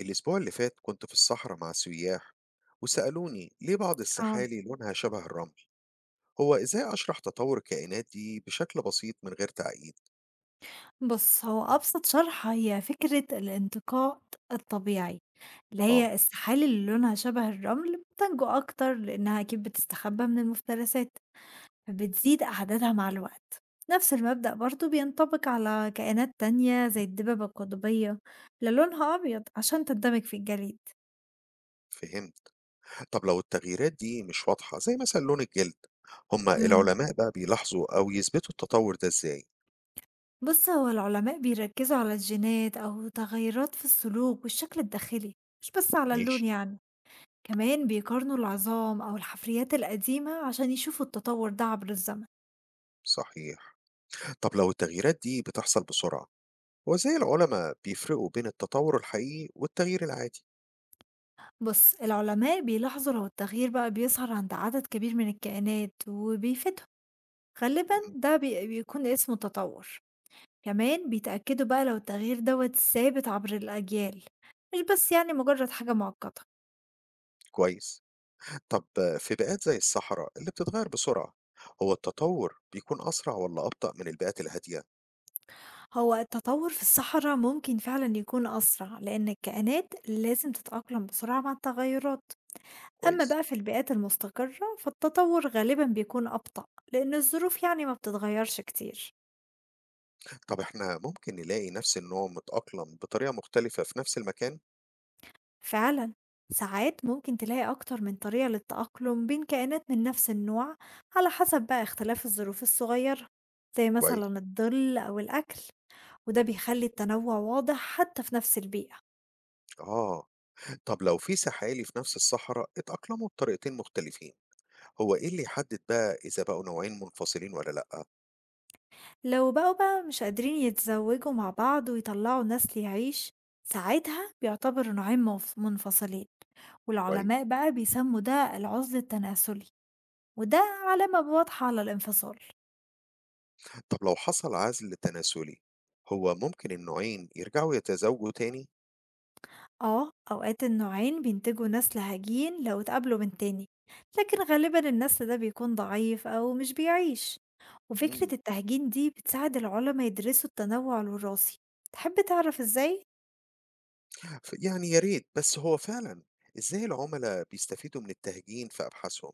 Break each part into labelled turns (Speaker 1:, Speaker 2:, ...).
Speaker 1: الأسبوع اللي فات كنت في الصحراء مع سياح وسألوني ليه بعض
Speaker 2: آه،
Speaker 1: السحالي لونها شبه الرمل. هو إزاي أشرح تطور الكائنات دي بشكل بسيط من غير تعقيد؟
Speaker 2: بُص هو أبسط شرح هي فكرة الانتقاء الطبيعي، اللي
Speaker 1: آه،
Speaker 2: هي السحالي اللي لونها شبه الرمل بتنجو أكتر لأنها أكيد بتستخبى من المفترسات، فبتزيد أعدادها مع الوقت. نفس المبدأ برضه بينطبق على كائنات تانية زي الدببة القطبية اللي لونها أبيض عشان تندمج في الجليد.
Speaker 1: فهمت. طب لو التغييرات دي مش واضحة زي مثلا لون الجلد، هما
Speaker 2: امم.
Speaker 1: العلماء بقى بيلاحظوا أو يثبتوا التطور ده إزاي؟
Speaker 2: بُص هو العلماء بيركزوا على الجينات أو تغيرات في السلوك والشكل الداخلي، مش بس على
Speaker 1: ماشي.
Speaker 2: اللون يعني. كمان بيقارنوا العظام أو الحفريات القديمة عشان يشوفوا التطور ده عبر الزمن.
Speaker 1: صحيح. طب لو التغييرات دي بتحصل بسرعة، هو إزاي العلماء بيفرقوا بين التطور الحقيقي والتغيير العادي؟
Speaker 2: بص العلماء بيلاحظوا لو التغيير بقى بيظهر عند عدد كبير من الكائنات وبيفيدهم غالبا
Speaker 1: مم،
Speaker 2: ده بيكون اسمه تطور. كمان بيتأكدوا بقى لو التغيير دوت ثابت عبر الأجيال، مش بس يعني مجرد حاجة معقدة.
Speaker 1: كويس. طب في بيئات زي الصحراء اللي بتتغير بسرعة، هو التطور بيكون أسرع ولا أبطأ من البيئات الهادية؟
Speaker 2: هو التطور في الصحراء ممكن فعلا يكون أسرع لأن الكائنات لازم تتأقلم بسرعة مع التغيرات. أما
Speaker 1: كويس.
Speaker 2: بقى في البيئات المستقرة فالتطور غالبا بيكون أبطأ، لأن الظروف يعني ما بتتغيرش كتير.
Speaker 1: طب احنا ممكن نلاقي نفس النوع متأقلم بطريقة مختلفة في نفس المكان؟
Speaker 2: فعلا ساعات ممكن تلاقي أكتر من طريقة للتأقلم بين كائنات من نفس النوع، على حسب بقى اختلاف الظروف الصغيرة، زي
Speaker 1: كويس.
Speaker 2: مثلا الظل أو الأكل. وده بيخلي التنوع واضح حتى في نفس البيئة.
Speaker 1: آه. طب لو في سحالي في نفس الصحراء اتأقلموا بطريقتين مختلفين، هو إيه اللي يحدد بقى إذا بقوا نوعين منفصلين ولا لأ؟
Speaker 2: لو بقوا بقى مش قادرين يتزوجوا مع بعض ويطلعوا نسل يعيش، ساعتها بيعتبر نوعين منفصلين، والعلماء
Speaker 1: كويس.
Speaker 2: بقى بيسموا ده العزل التناسلي. وده علامة واضحة على الانفصال.
Speaker 1: طب لو حصل عزل تناسلي، هو ممكن النوعين يرجعوا يتزاوجوا تاني؟
Speaker 2: اه اوقات النوعين بينتجوا نسل هجين لو اتقابلوا من تاني، لكن غالبا النسل ده بيكون ضعيف او مش بيعيش.
Speaker 1: مم.
Speaker 2: وفكرة التهجين دي بتساعد العلماء يدرسوا التنوع الوراثي. تحب تعرف ازاي؟
Speaker 1: يعني يا ريت، بس هو فعلًا إزاي العُملا بيستفيدوا من التهجين في أبحاثهم؟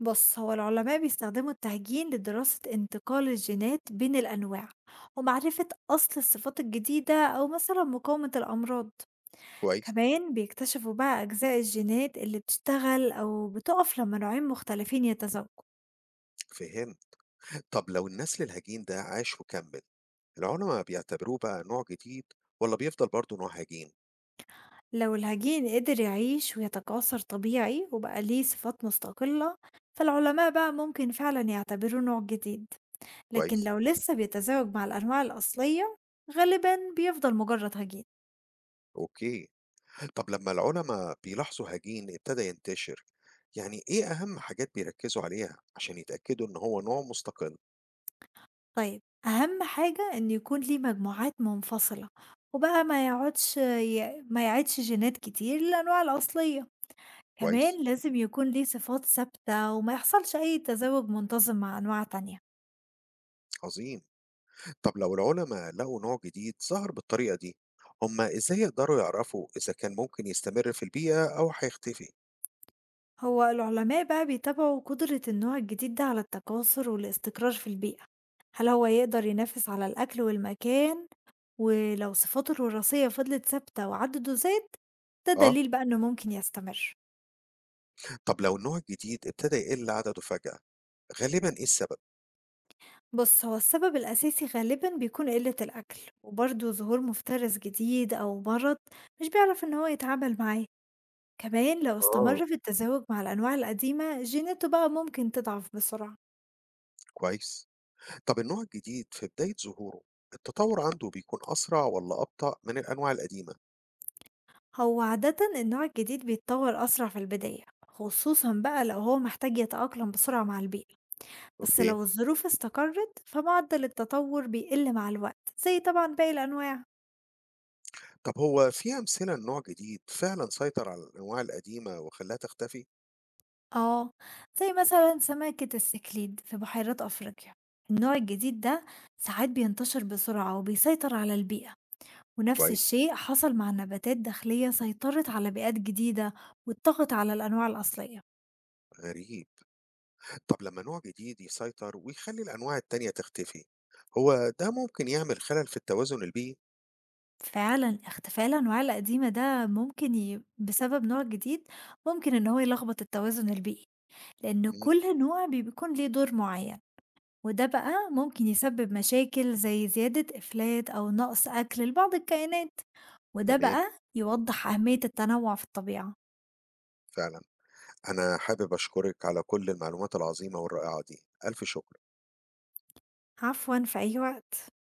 Speaker 2: بص هو العلماء بيستخدموا التهجين لدراسة انتقال الجينات بين الأنواع ومعرفة أصل الصفات الجديدة أو مثلا مقاومة الأمراض.
Speaker 1: كويس،
Speaker 2: كمان بيكتشفوا بقى أجزاء الجينات اللي بتشتغل أو بتقف لما نوعين مختلفين يتزاوجوا.
Speaker 1: فهمت. طب لو النسل الهجين ده عاش وكمّل، العُلما بيعتبروه بقى نوع جديد والّا بيفضل برضه نوع هجين؟
Speaker 2: لو الهجين قدر يعيش ويتكاثر طبيعي وبقى ليه صفات مستقلة، فالعلماء بقى ممكن فعلا يعتبروه نوع جديد. لكن
Speaker 1: كويس،
Speaker 2: لو لسه بيتزاوج مع الأنواع الأصلية غالبا بيفضل مجرد هجين.
Speaker 1: أوكي. طب لمّا العُلما بيلاحظوا هجين ابتدى ينتشر، يعني إيه أهم حاجات بيركّزوا عليها عشان يتأكدوا إن هو نوع مستقل؟
Speaker 2: طيب أهم حاجة إن يكون ليه مجموعات منفصلة، وبقى ما يقعدش ما يعيدش جينات كتير للأنواع الأصلية.
Speaker 1: كويس،
Speaker 2: كمان لازم يكون ليه صفات ثابتة وما يحصلش أي تزاوج منتظم مع أنواع تانية.
Speaker 1: عظيم. طب لو العلماء لقوا نوع جديد ظهر بالطريقة دي، هم ازاي يقدروا يعرفوا اذا كان ممكن يستمر في البيئة او هيختفي؟
Speaker 2: هو العلماء بقى بيتابعوا قدرة النوع الجديد ده على التكاثر والاستقرار في البيئة. هل هو يقدر ينافس على الأكل والمكان؟ ولو صفاته الوراثية فضلت ثابتة وعدده زاد، ده
Speaker 1: اه.
Speaker 2: دليل بقى إنه ممكن يستمر.
Speaker 1: طب لو النوع الجديد ابتدى يقل عدده فجأة، غالبا ايه السبب؟
Speaker 2: بُص، هو السبب الأساسي غالبًا بيكون قِلّة الأكل، وبرضه ظهور مفترس جديد أو مرض مش بيعرف إن هو يتعامل معاه، كمان لو
Speaker 1: آه،
Speaker 2: استمر في التزاوج مع الأنواع القديمة جيناته بقى ممكن تضعف بسرعة.
Speaker 1: كويس. طب النوع الجديد في بداية ظهوره، التطور عنده بيكون أسرع ولا أبطأ من الأنواع القديمة؟
Speaker 2: هو عادةً النوع الجديد بيتطور أسرع في البداية، خصوصًا بقى لو هو محتاج يتأقلم بسرعة مع البيئة، بس
Speaker 1: أوكي.
Speaker 2: لو الظروف استقرت فمعدل التطور بيقل مع الوقت زي طبعًا باقي الأنواع.
Speaker 1: طب هو في أمثلة لنوع جديد فعلا سيطر على الأنواع القديمة وخلاها تختفي؟
Speaker 2: آه، زي مثلًا سمكة السكليد في بحيرات أفريقيا، النوع الجديد ده ساعات بينتشر بسرعة وبيسيطر على البيئة، ونفس
Speaker 1: كويس.
Speaker 2: الشيء حصل مع نباتات داخلية سيطرت على بيئات جديدة واتطغت على الأنواع الأصلية.
Speaker 1: غريب. طب لما نوع جديد يسيطر ويخلي الأنواع التانية تختفي، هو ده ممكن يعمل خلل في التوازن البيئي؟
Speaker 2: فعلًا اختفاء الأنواع القديمة ده ممكن ي بسبب نوع جديد، ممكن إن هو يلخبط التوازن البيئي، لأن
Speaker 1: مم،
Speaker 2: كل نوع بيكون ليه دور معين. وده بقى ممكن يسبب مشاكل زي زيادة إفلات أو نقص أكل لبعض الكائنات. وده
Speaker 1: تمام.
Speaker 2: بقى يوضح أهمية التنوع في الطبيعة.
Speaker 1: فعلا أنا حابب أشكرك على كل المعلومات العظيمة والرائعة دي. ألف شكر.
Speaker 2: عفوا، في أي وقت.